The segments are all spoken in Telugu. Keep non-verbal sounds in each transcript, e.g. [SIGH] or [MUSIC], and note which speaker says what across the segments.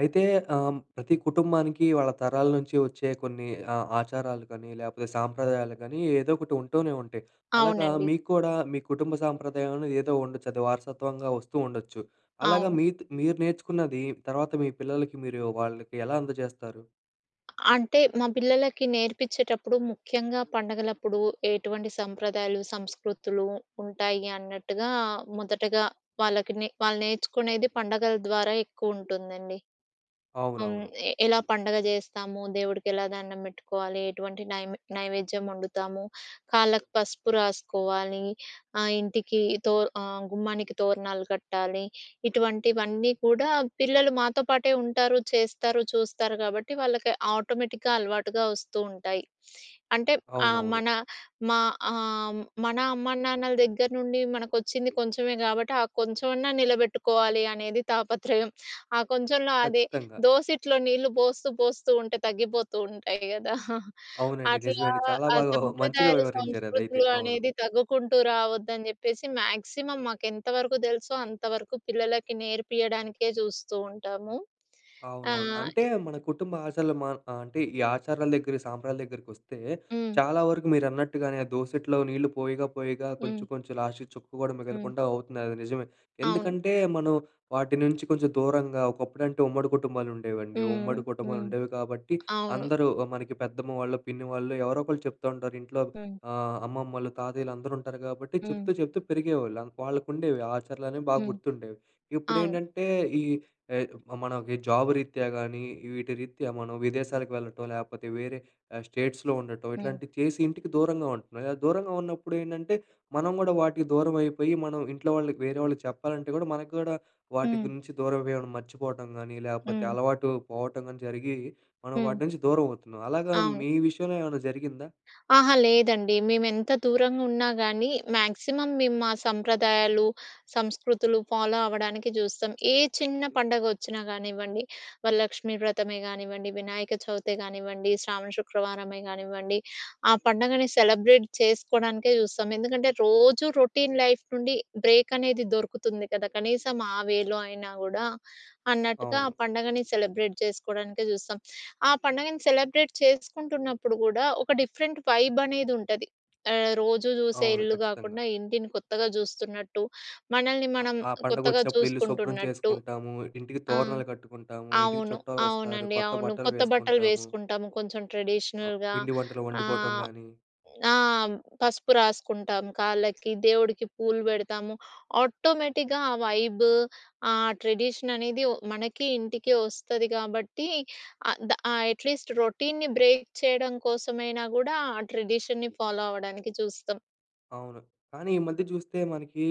Speaker 1: అయితే ప్రతి కుటుంబానికి వాళ్ళ తరాల నుంచి వచ్చే కొన్ని ఆచారాలు కానీ, లేపోతే సాంప్రదాయాలు కానీ ఏదో ఒకటి ఉంటూనే ఉంటాయి. అలాగా
Speaker 2: అవునండి.
Speaker 1: మీకు కూడా మీ కుటుంబ సాంప్రదాయం అనేది ఏదో ఉండొచ్చు. అది వారసత్వంగా వస్తూ ఉండొచ్చు. అలాగా
Speaker 2: అవును.
Speaker 1: మీరు నేర్చుకున్నది తర్వాత మీ పిల్లలకి మీరు వాళ్ళకి ఎలా అందజేస్తారు?
Speaker 2: అంటే మా పిల్లలకి నేర్పించేటప్పుడు ముఖ్యంగా పండగలప్పుడు ఎటువంటి సంప్రదాయాలు, సంస్కృతులు ఉంటాయి అన్నట్టుగా మొదటగా వాళ్ళకి నే వాళ్ళు నేర్చుకునేది పండగల ద్వారా ఎక్కువుంటుందండి. హ్మ్.
Speaker 1: అవునవును.
Speaker 2: ఎలా పండగ జేస్తాము, దేవుడికెలా దండం బెట్టుకోవాలి, ఎటువంటి నైవేద్యం వండుతాము, కాళ్ళకి పసుపు రాసుకోవాలి, ఆహ్, ఇంటికి తో ఆహ్, గుమ్మానికి తోరణాలు కట్టాలి. ఇటువంటివన్నీ కూడా పిల్లలు మాతో పాటే ఉంటారు, చేస్తారు, చూస్తారు గాబట్టి వాళ్ళకి ఆటోమేటిక్‌గా అలవాటుగా వస్తూ ఉంటాయి. అంటే ఆహ్,
Speaker 1: అవునవును.
Speaker 2: మన మా ఆహ్, మన అమ్మానాన్నల దగ్గర నుండి మనకొచ్చింది కొంచెమే గాబట్టి ఆ కొంచెమన్నా నిలబెట్టుకోవాలి అనేది తాపత్రయం. ఆ కొంచెంలో అదే
Speaker 1: ఖచ్చితంగా.
Speaker 2: దోసిట్లో నీళ్ళు పోస్తూ, పోస్తూ ఉంటే తగ్గిపోతూ ఉంటాయి గదా!
Speaker 1: అవునండి. నిజమే
Speaker 2: అట్లా
Speaker 1: అండి. చాలా
Speaker 2: ఆ
Speaker 1: బాగా మంచిగా
Speaker 2: సంప్రదాయాలు,
Speaker 1: వివరించారు అదైతే.
Speaker 2: సంస్కృతులు
Speaker 1: అవును.
Speaker 2: అనేది తగ్గుకుంటూ రావద్దని జెప్పేసి మాక్సిమం మాకెంత వరకు తెలుసో అంతవరకు పిల్లలకి నేర్పియడానికే జూస్తూ ఉంటాము.
Speaker 1: అవునవును.
Speaker 2: ఆహ్,
Speaker 1: అంటే మన కుటుంబ ఆచారాలు అంటే ఈ ఆచారాల దగ్గర, సాంప్రదాయాల దగ్గరికొస్తే
Speaker 2: హ్మ్.
Speaker 1: చాలా వరకు మీరన్నట్టుగానే దోసెట్లో నీళ్లు పోయగా, పోయగా
Speaker 2: హ్మ్.
Speaker 1: కొంచెం, కొంచెం లాస్ట్‌కి చుక్క కూడా
Speaker 2: హ్మ్.
Speaker 1: మిగలకుండా అవుతుంది. అది నిజమే.
Speaker 2: అవును.
Speaker 1: ఎందుకంటే మనం వాటి నుంచి కొంచెం దూరంగా ఒకప్పుడంటే ఉమ్మడి కుటుంబాలుండేవండి.
Speaker 2: హ్మ్.
Speaker 1: ఉమ్మడి
Speaker 2: హ్మ్.
Speaker 1: కుటుంబాలుండేవి కాబట్టి
Speaker 2: అవును.
Speaker 1: అందరూ ఆ, మనకి పెద్దమ్మ వాళ్ళు, పిన్ని వాళ్ళు ఎవరో ఒకళ్ళు చెప్తా ఉంటారు. ఇంట్లో
Speaker 2: హ్మ్.
Speaker 1: అమ్మమ్మలు, తాతయ్యలు అందరూ ఉంటారు కాబట్టి
Speaker 2: హ్మ్.
Speaker 1: చెప్తూ, చెప్తూ పెరిగేవాళ్ళు. వాళ్ళకుండేవి ఆచారాలనేవి బాగా
Speaker 2: హ్మ్.
Speaker 1: గుర్తుండేవి.
Speaker 2: అవును.
Speaker 1: ఇప్పుడేంటంటే ఈ ఏ మనకి జాబ్ రీత్యా గానీ, వీటి రీత్యా మనం విదేశాలకు వెళ్ళటం, లేపోతే వేరే స్టేట్స్‌లో ఉండటం,
Speaker 2: హ్మ్.
Speaker 1: ఇట్లాంటివి చేసి ఇంటికి దూరంగా ఉంటున్నాం. ఇలా దూరంగా ఉన్నప్పుడు ఏంటంటే, మనం గూడా వాటికి దూరం అయిపోయి, మనం ఇంట్లో వాళ్ళకి, వేరే వాళ్ళకి చెప్పాలంటే గూడా, మనకు గూడా వాటి
Speaker 2: హ్మ్.
Speaker 1: గురించి దూరం అయిపోవడం, మర్చిపోవటం గానీ, లేపోతే
Speaker 2: హ్మ్.
Speaker 1: అలవాటు పోవటం గానీ జరిగి, మనం
Speaker 2: హ్మ్.
Speaker 1: వాటి నుంచి దూరం అవుతున్నాం. అలాగా
Speaker 2: అవును.
Speaker 1: మీ విషయంలో ఏమైనా జరిగిందా?
Speaker 2: అహా! లేదండి. మేమెంత దూరంగా ఉన్నా గానీ, మాక్సిమం మేము మా సంప్రదాయాలు, సంస్కృతులు ఫాలో అవ్వడానికి జూస్తాం. ఏ చిన్న పండగొచ్చినా గానివ్వండి, వరలక్ష్మి వ్రతమే గానివ్వండి, వినాయక చవితే గానివ్వండి, శ్రావణ శుక్రవారమే గానివ్వండి, ఆ పండగని సెలబ్రేట్ చేసుకోడానికే జూస్తాం. ఎందుకంటే, రోజు రొటీన్ లైఫ్ నుండి బ్రేక్ అనేది దొరుకుతుంది కదా! కనీసం ఆ వేలో అయినా గూడా అన్నట్టుగా ఆ
Speaker 1: అవును.
Speaker 2: పండగని సెలబ్రేట్ చేసుకోడానికే జూస్తాం. ఆ పండగని సెలబ్రేట్ చేసుకుంటున్నప్పుడు గూడా, ఒక డిఫరెంట్ వైబనేదుంటది. రోజు జూసే
Speaker 1: అవును.
Speaker 2: ఇల్లు
Speaker 1: ఖచ్చితంగా.
Speaker 2: గాకుండా, ఇంటిని కొత్తగా జూస్తున్నట్టు, మనల్ని
Speaker 1: ఆ
Speaker 2: మనం
Speaker 1: ఆ
Speaker 2: కొత్తగా
Speaker 1: పండగొచ్చినప్పుడు ఇల్లు శుభ్రం
Speaker 2: చూసుకుంటున్నట్టు.
Speaker 1: చేసుకుంటాము, ఇంటికి
Speaker 2: ఆ!
Speaker 1: తోరణాలు కట్టుకుంటాము, ఇంటికి
Speaker 2: అవును.
Speaker 1: చుట్టాలొస్తారు,
Speaker 2: అవునండి.
Speaker 1: కొత్త
Speaker 2: అవును.
Speaker 1: బట్టలు
Speaker 2: కొత్త బట్టలు
Speaker 1: వేసుకుంటాము.
Speaker 2: వేసుకుంటాము కొంచెం
Speaker 1: ఆ!
Speaker 2: ట్రెడిషనల్‌గా.
Speaker 1: పిండి వంటలు
Speaker 2: ఆ!
Speaker 1: వండుకోవటం గానీ
Speaker 2: ఆ! పసుపు రాసుకుంటాం. కాళ్ళకి, దేవుడికి పూలు పెడతాము. ఆటోమేటిక్‌గా ఆ ట్రెడిషన్ అనేది మనకి ఇంటికి వస్తది కాబట్టి అట్‌లీస్ట్ రొటీన్‌ని బ్రేక్ చేయడం కోసమైనా గూడా ఆ ట్రెడిషన్‌ని ఫాలో అవ్వడానికి చూస్తాం.
Speaker 1: అవును. కానీ ఈ మధ్య చూస్తే మనకి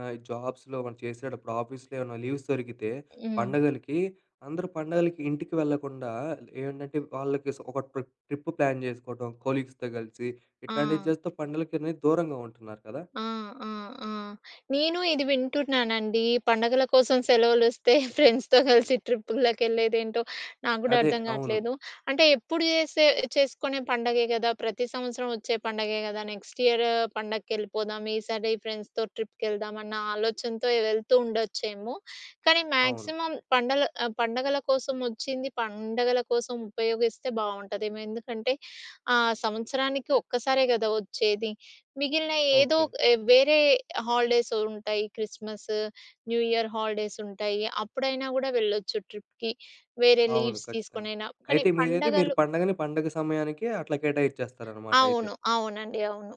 Speaker 1: జాబ్స్‌లో మనం చేసేటప్పుడు ఆఫీస్‌లో ఏమైనా లీవ్స్ దొరికితే
Speaker 2: హ్మ్.
Speaker 1: పండగలకి అందరూ పండగలకి ఇంటికి వెళ్ళకుండా ఏంటంటే వాళ్ళకి ఒక ట్రిప్ ట్రిప్ ప్లాన్ చేసుకోవటం కొలీగ్స్‌తో కలిసి
Speaker 2: ఆ!
Speaker 1: ఇట్లాంటివి చేస్తూ పండగలకనేది దూరంగా ఉంటున్నారు కదా!
Speaker 2: ఆ! ఆ! ఆ! నేను ఇది వింటున్నానండి. పండగల కోసం సెలవులొస్తే [LAUGHS] ఫ్రెండ్స్‌తో కలిసి ట్రిప్పులకెళ్ళేదేంటో నాకు గూడా
Speaker 1: అదే.
Speaker 2: అర్థం
Speaker 1: అవును.
Speaker 2: గాట్లేదు. అంటే ఎప్పుడు జేసే చేసుకునే పండగే గదా! ప్రతి సంవత్సరం వచ్చే పండగే గదా! నెక్స్ట్ ఇయర్ పండగకెళ్ళిపోదాం, ఈసారి ఫ్రెండ్స్‌తో ట్రిప్‌కెళ్దాం అన్న ఆలోచనతో వెళ్తూ ఉండొచ్చేమో. కానీ
Speaker 1: అవును.
Speaker 2: మాక్సిమం పండగల కోసం వచ్చింది పండగల కోసం ఉపయోగిస్తే బావుంటదేమో. ఎందుకంటే సంవత్సరానికి ఒక్కసారే గదా! వచ్చేది. మిగిలిన ఏదో
Speaker 1: ఓకే.
Speaker 2: వేరే హాలిడేస్ ఉంటాయి. క్రిస్మస్, న్యూ ఇయర్ హాలిడేస్ ఉంటాయి. అప్పుడైనా గూడా వెళ్ళొచ్చు ట్రిప్‌కి. వేరే
Speaker 1: అవును.
Speaker 2: లీవ్స్
Speaker 1: ఖచ్చితంగా.
Speaker 2: తీసుకొనైనా. కానీ
Speaker 1: అయితే మీరైతే మీరు
Speaker 2: పండగలు
Speaker 1: పండగని పండగ సమయానికే అట్లా కేటాయించేస్తారనమాట అయితే.
Speaker 2: అవును. అవునండి. అవును.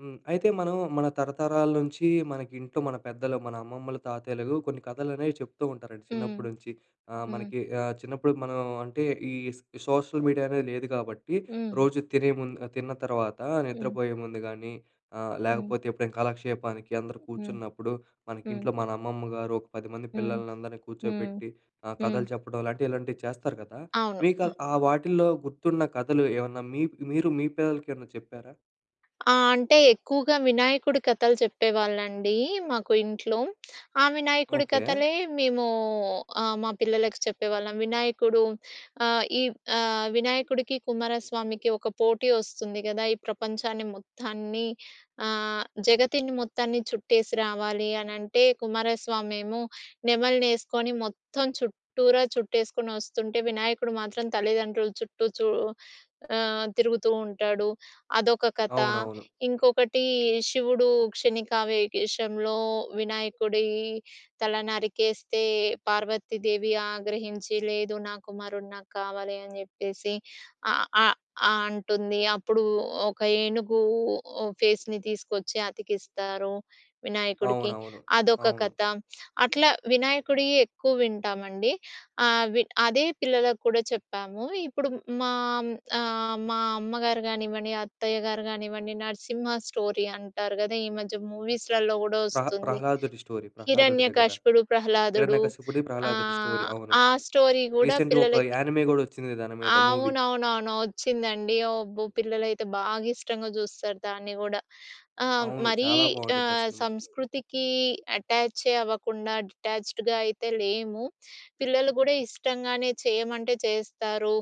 Speaker 1: హ్మ్. అయితే మనం మన తరతరాల నుంచి మనకి ఇంట్లో మన పెద్దలు, మన అమ్మమ్మలు, తాతయ్యలు కొన్ని కథలనేవి చెప్తూ ఉంటారండి
Speaker 2: హ్మ్.
Speaker 1: చిన్నప్పటి నుంచి.
Speaker 2: హ్మ్.
Speaker 1: మనకి చిన్నప్పుడు మనం అంటే ఈ స్ సోషల్ మీడియా అనేది లేదు కాబట్టి
Speaker 2: హ్మ్.
Speaker 1: రోజు తినే ముందు తిన్న తర్వాత
Speaker 2: హ్మ్.
Speaker 1: నిద్రపోయే ముందు గానీ
Speaker 2: హ్మ్.
Speaker 1: లేకపోతే ఎప్పుడైనా కాలక్షేపానికి అందరూ
Speaker 2: హ్మ్.
Speaker 1: కూర్చున్నప్పుడు మనకి
Speaker 2: హ్మ్.
Speaker 1: ఇంట్లో మన అమ్మమ్మ గారు ఒక 10 మంది
Speaker 2: హ్మ్.
Speaker 1: పిల్లలందరిని
Speaker 2: హ్మ్.
Speaker 1: కూర్చోబెట్టి
Speaker 2: హ్మ్.
Speaker 1: కథలు చెప్పడం లాంటివి ఇలాంటివి చేస్తారు కదా!
Speaker 2: అవును.
Speaker 1: మీకు ఆ వాటిల్లో గుర్తున్న కథలు ఏమన్నా మీ మీరు మీ పిల్లలకేమన్నా చెప్పారా?
Speaker 2: ఆ! అంటే ఎక్కువగా వినాయకుడి కథలు చెప్పేవాళ్ళండి మాకు ఇంట్లో. ఆ వినాయకుడి
Speaker 1: ఓకే.
Speaker 2: కథలే మేము మా పిల్లలకి చెప్పేవాళ్ళం. వినాయకుడు ఆహ్, ఈ ఆహ్, వినాయకుడికి, కుమారస్వామికి ఒక పోటీ వస్తుంది గదా! ఈ ప్రపంచాన్ని మొత్తాన్ని ఆహ్, జగతిని మొత్తాన్ని చుట్టేసి రావాలి అనంటే, కుమారస్వామేమో నెమలినేసుకొని మొత్తం చుట్టూరా చుట్టేసుకొని వస్తుంటే, వినాయకుడు మాత్రం తల్లిదండ్రుల చుట్టూ తిరుగుతూ ఉంటాడు. అదొక కథ.
Speaker 1: అవునవును.
Speaker 2: ఇంకొకటి శివుడు 'క్షణికావేశంలో' వినాయకుడి తల నరికేస్తే పార్వతీదేవి ఆగ్రహించి, "లేదు నా కుమారుడు నాకు కావాలి" అని జెప్పేసి ఆహ్, ఆహ్, ఆ! అంటుంది. అప్పుడు ఒక ఏనుగు ఫేస్‌ని తీసుకొచ్చి అతికిస్తారు వినాయకుడికి.
Speaker 1: అవునవును.
Speaker 2: అదొక
Speaker 1: అవును.
Speaker 2: కథ. అట్లా వినాయకుడియి ఎక్కువ వింటామండి. ఆ! వి అదే పిల్లలకు కూడా చెప్పాము. ఇప్పుడు మా మా అమ్మగారు గానివ్వండి, అత్తయ్య గారు గానివ్వండి, 'నరసింహ స్టోరీ' అంటారు గదా! ఈ మధ్య మూవీస్‌లలో గూడా ఒస్తుంది.
Speaker 1: ప్రహ్లాదుడి స్టోరీ. ప్రహ్లాదుడిదే గదా!
Speaker 2: 'హిరణ్యకశిపుడు', 'ప్రహ్లాదుడు'
Speaker 1: హిరణ్యకశిపుడి, ప్రహ్లాదుడి స్టోరీ.
Speaker 2: ఆహ్,
Speaker 1: అవును.
Speaker 2: ఆ స్టోరీ గూడా
Speaker 1: రీసెంట్‌గా ఒక
Speaker 2: పిల్లలకి
Speaker 1: యానిమే గూడా ఒచ్చింది దాని మీద మూవీ.
Speaker 2: అవునవునవును. వచ్చిందండి. అబ్బో! పిల్లలైతే బాగా ఇష్టంగా జూస్తారు దాన్ని గూడా. ఆహ్,
Speaker 1: అవును.
Speaker 2: మరీ
Speaker 1: చాలా బావుండిద్ది ఆ సినిమా.
Speaker 2: సంస్కృతికి అటాచే అవ్వకుండా డిటాచ్డ్‌గా అయితే లేము. పిల్లలు గూడా ఇష్టంగానే చేయమంటే చేస్తారు.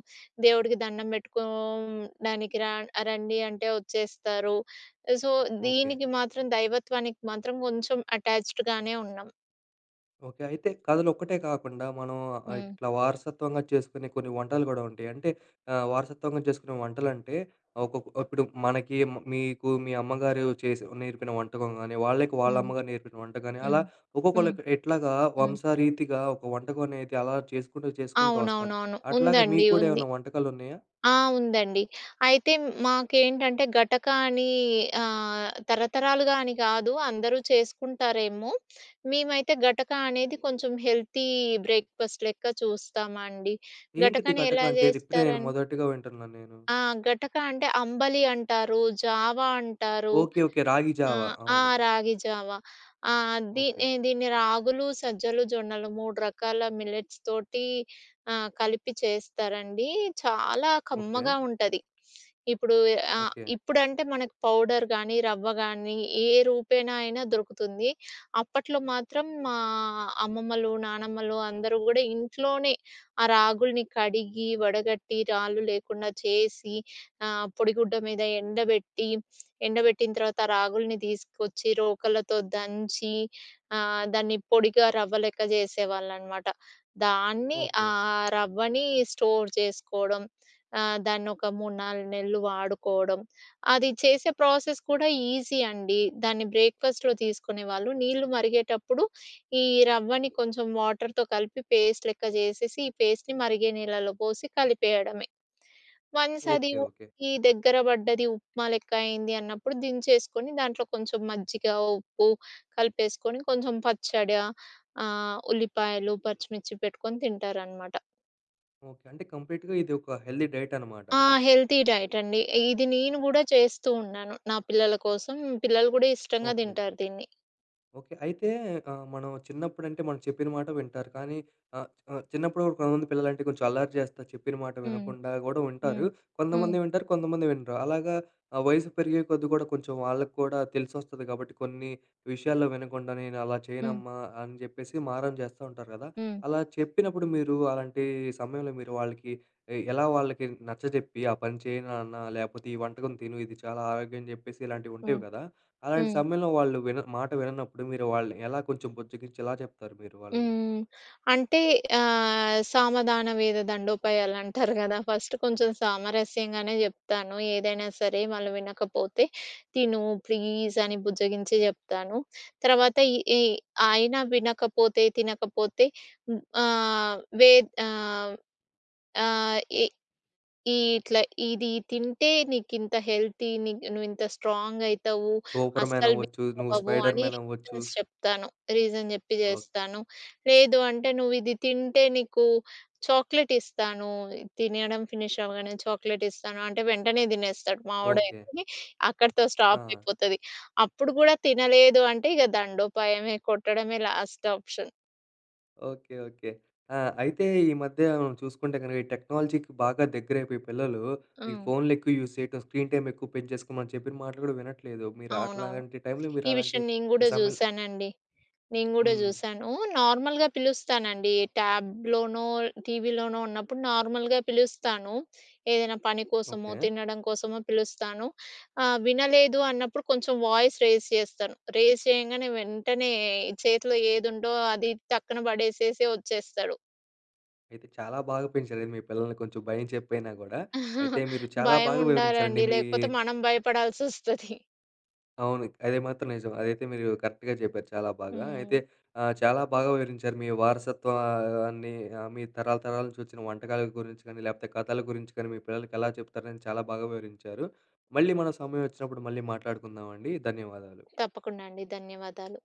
Speaker 2: దేవుడికి దండం పెట్టుకోడానికి రండి అంటే వచ్చేస్తారు. So,
Speaker 1: okay.
Speaker 2: దీనికి మాత్రం దైవత్వానికి మాత్రం కొంచెం అటాచ్డ్‌గానే ఉన్నాం.
Speaker 1: ఓకే. అయితే కథలొక్కటే కాకుండా మనం
Speaker 2: హ్మ్.
Speaker 1: ఇట్లా వారసత్వంగా చేసుకునే కొన్ని వంటలు గూడా ఉంటాయి. అంటే వారసత్వంగా చేసుకునే వంటలంటే ఇప్పుడు మనకి మీకు మీ అమ్మగారు చేసి నేర్పిన వంటకం గాని, వాళ్ళకి వాళ్ళ
Speaker 2: హ్మ్.
Speaker 1: అమ్మగారు నేర్పిన వంటకం గాని, అలా
Speaker 2: హ్మ్. హ్మ్.
Speaker 1: ఒక్కొక్కళ్ళకి ఎట్లాగా
Speaker 2: హ్మ్.
Speaker 1: వంశారీతిగా ఒక వంటకం అనేది అలా చేసుకుంటూ, చేసుకుంటూ వస్తారు.
Speaker 2: అవునవునవును.
Speaker 1: అట్లాగా
Speaker 2: ఉందండి.
Speaker 1: మీకు కూడా
Speaker 2: ఉంది.
Speaker 1: ఏమన్నా వంటకాలున్నాయా?
Speaker 2: ఆ! ఉందండి. అయితే మాకేంటంటే గటక అని తరతరాలుగా అని కాదు అందరూ చేసుకుంటారేమో! మేమైతే గటక అనేది కొంచెం హెల్తీ బ్రేక్‌ఫాస్ట్ లెక్క చూస్తామండి.
Speaker 1: ఏంటిది
Speaker 2: గటకని
Speaker 1: గటక
Speaker 2: ఎలా
Speaker 1: అంటే ఇప్పుడే నేను
Speaker 2: జేస్తారన్
Speaker 1: మొదటిగా వింటున్నాను నేను.
Speaker 2: ఆ! గటక అంటే అంబలి అంటారు, జావా అంటారు.
Speaker 1: ఓకే. ఓకే. రాగి
Speaker 2: ఆ!
Speaker 1: జావా.
Speaker 2: ఆ!
Speaker 1: అవును.
Speaker 2: రాగి జావా. ఆ!
Speaker 1: ఓకే.
Speaker 2: దీన్ని దీన్ని రాగులు, సజ్జలు, జొన్నలు 3 రకాల మిల్లెట్స్ తోటి కలిపి చేస్తారండి. చాలా
Speaker 1: ఓకే.
Speaker 2: కమ్మగా ఉంటది. ఇప్పుడు
Speaker 1: ఓకే.
Speaker 2: ఇప్పుడంటే మనకు పౌడర్ గానీ, రవ్వ గానీ ఏ రూపేణా అయినా దొరుకుతుంది. అప్పట్లో మాత్రం మా అమ్మమ్మలు, నానమ్మలు అందరూ గూడా ఇంట్లోనే ఆ రాగుల్ని కడిగి, వడగట్టి, రాళ్ళు లేకుండా చేసి పొడిగుడ్డ మీద ఎండబెట్టి ఎండబెట్టిన తర్వాత రాగుల్ని తీసుకొచ్చి రోకళ్ళతో దంచి దాన్ని పొడిగా రవ్వ లెక్క చేసేవాళ్ళనమాట.
Speaker 1: ఓకే.
Speaker 2: రవ్వని స్టోర్ చేసుకోవడం. దాన్నొక 3, 4 నెలలు వాడుకోవడం. అది చేసే ప్రాసెస్ కూడా ఈజీ అండి. దాన్ని బ్రేక్‌ఫాస్ట్‌లో తీసుకునేవాళ్ళు. నీళ్లు మరిగేటప్పుడు ఈ రవ్వని కొంచెం వాటర్‌తో కలిపి పేస్ట్ లెక్క చేసేసి, ఈ పేస్ట్‌ని మరిగే నీళ్ళలో పోసి కలిపేయడమే. వన్స్ అది
Speaker 1: ఓకే. ఓకే.
Speaker 2: దగ్గర పడ్డది ఉప్మా లెక్క అయింది అన్నప్పుడు దించేసుకొని దాంట్లో కొంచెం మజ్జిగ, ఉప్పు కలిపేసుకొని ఉల్లిపాయలు, పచ్చిమిర్చి పెట్టుకొని తింటారనమాట.
Speaker 1: ఓకే. అంటే కంప్లీట్‌గా ఇది ఒక హెల్తీ డైట్ అనమాట.
Speaker 2: ఆ! హెల్తీ డైట్ అండి. ఇది నేను గూడా చేస్తూ ఉన్నాను నా పిల్లల కోసం. పిల్లలు గూడా ఇష్టంగా
Speaker 1: ఓకే.
Speaker 2: తింటారు దీన్ని.
Speaker 1: ఓకే. అయితే మనం చిన్నప్పుడంటే మనం చెప్పిన మాట వింటారు. కానీ ఆహ్, ఆహ్, చిన్నప్పుడు కూడా కొంతమంది పిల్లలంటే కొంచెం అల్లరి చేస్తారు. చెప్పిన మాట
Speaker 2: హ్మ్.
Speaker 1: వినకుండా గూడా ఉంటారు.
Speaker 2: హ్మ్. హ్మ్.
Speaker 1: కొంతమంది వింటారు, కొంతమంది వినరు. అలాగా ఆ వయసు పెరిగే కొద్దీ గూడా కొంచెం వాళ్ళకి కూడా తెలిసొస్తది కాబట్టి కొన్ని విషయాల్లో వినకుండా నేను అలా
Speaker 2: హ్మ్.
Speaker 1: చేయనమ్మా అని జెప్పేసి మారం చేస్తా ఉంటారు గదా!
Speaker 2: హ్మ్.
Speaker 1: అలా చెప్పినప్పుడు మీరు అలాంటి సమయంలో మీరు వాళ్ళకి ఎలా వాళ్ళకి నచ్చజెప్పి ఆ పని చేయను నాన్న లేపోతే ఈ వంటకం తిను ఇది చాలా ఆరోగ్యం జెప్పేసి ఇలాంటివి ఉంటాయి
Speaker 2: హ్మ్.
Speaker 1: గదా! అలాంటి
Speaker 2: హ్మ్.
Speaker 1: సమయంలో వాళ్ళు మాట విననప్పుడు మీరు వాళ్ళని ఎలా కొంచెం బుజ్జగించి ఎలా చెప్తారు మీరు వాళ్ళని?
Speaker 2: హ్మ్. అంటే సామదాన వేద దండోపాయాలంటారు గదా! ఫస్ట్ కొంచెం సామరస్యంగానే జెప్తాను. ఏదైనా సరే వాళ్ళు వినకపోతే తిను ప్లీజ్ అని బుజ్జగించి జెప్తాను. తర్వాత ఈ ఈ అయినా వినకపోతే, తినకపోతే హ్మ్. ఆహ్, వే ఆహ్, ఆహ్, ఇ ఈ ఇట్లా ఇది తింటే నీకింత హెల్తీ, నీకు నువ్వింత స్ట్రాంగ్ అయితావు,
Speaker 1: 'సూపర్ మ్యాన్'
Speaker 2: అస్సలు వీక్
Speaker 1: అవ్వచ్చు, నువ్వు
Speaker 2: అవ్వవు
Speaker 1: 'స్పైడర్
Speaker 2: అని
Speaker 1: మ్యాన్' అవ్వచ్చు.
Speaker 2: రీజన్స్ చెప్తాను. రీజన్ చెప్పి
Speaker 1: ఓ
Speaker 2: జేస్తాను. లేదు అంటే నువ్విది తింటే నీకు చాక్లెట్ ఇస్తాను. తినడం ఫినిష్ అవ్వగానే చాక్లెట్ ఇస్తాను అంటే వెంటనే తినేస్తాడు మా
Speaker 1: ఓకే.
Speaker 2: వోడైతే. అక్కడితో
Speaker 1: ఆ!
Speaker 2: స్టాప్ అయిపోతది. అప్పుడు గూడా తినలేదు అంటే ఇగ దండోపాయమే కొట్టడమే లాస్ట్ ఆప్షన్.
Speaker 1: ఓకే. ఓకే. ఆ! అయితే ఈ మధ్య మనం చూసుకుంటే గనుక ఈ టెక్నాలజీకి బాగా దగ్గరైపోయి పిల్లలు ఈ
Speaker 2: హ్మ్.
Speaker 1: ఫోన్‌లు ఎక్కువ యూజ్ చేయటం, స్క్రీన్ టైమ్ ఎక్కువ పెంచేసుకో మనం చెప్పిన మాటలు కూడా వినట్లేదు. మీరు
Speaker 2: అవునవును.
Speaker 1: అట్లాంటి టైంలో మీరు
Speaker 2: ఈ
Speaker 1: అలాంటి
Speaker 2: విషయం నేను గూడా
Speaker 1: సమయం
Speaker 2: జూసానండి. నేను గూడా
Speaker 1: హ్మ్.
Speaker 2: జూశాను. నార్మల్‌గా పిలుస్తానండి. ట్యాబ్‌లోనో, టీవీలోనో ఉన్నప్పుడు నార్మల్‌గా పిలుస్తాను. ఏదైనా పని కోసమో,
Speaker 1: ఓకే.
Speaker 2: తినడం కోసమో పిలుస్తాను. వినలేదు అన్నప్పుడు కొంచెం వాయిస్ రైజ్ చేస్తాను. రైజ్ చేయంగానే వెంటనే చేతిలో ఏదుందో అది టక్కున పడేసేసి వచ్చేస్తాడు.
Speaker 1: అయితే చాలా బాగా పెంచారు అయితే మీ పిల్లల్ని కొంచెం భయం చెప్పైనా గూడా. అయితే
Speaker 2: [LAUGHS]
Speaker 1: మీరు చాలా
Speaker 2: భయం
Speaker 1: బాగా వివరించారండి
Speaker 2: ఉండాలండి.
Speaker 1: మీ
Speaker 2: లేకపోతే మనం భయపడాల్సొస్తది.
Speaker 1: అవును. అది మాత్రం నిజం. అదైతే మీరు కరెక్ట్‌గా చెప్పారు చాలా బాగా.
Speaker 2: హ్మ్.
Speaker 1: అయితే చాలా బాగా వివరించారు. మీ వారసత్వాన్ని మీ తరాల తరాల నుంచి వచ్చిన వంటకాల గురించి కానీ, లేపోతే కథల గురించి కానీ, మీ పిల్లలకి ఎలా చెప్తారని చాలా బాగా వివరించారు. మళ్ళీ మనం సమయం వచ్చినప్పుడు మళ్ళీ మాట్లాడుకుందామండి. ధన్యవాదాలు.
Speaker 2: తప్పకుండా అండి. ధన్యవాదాలు.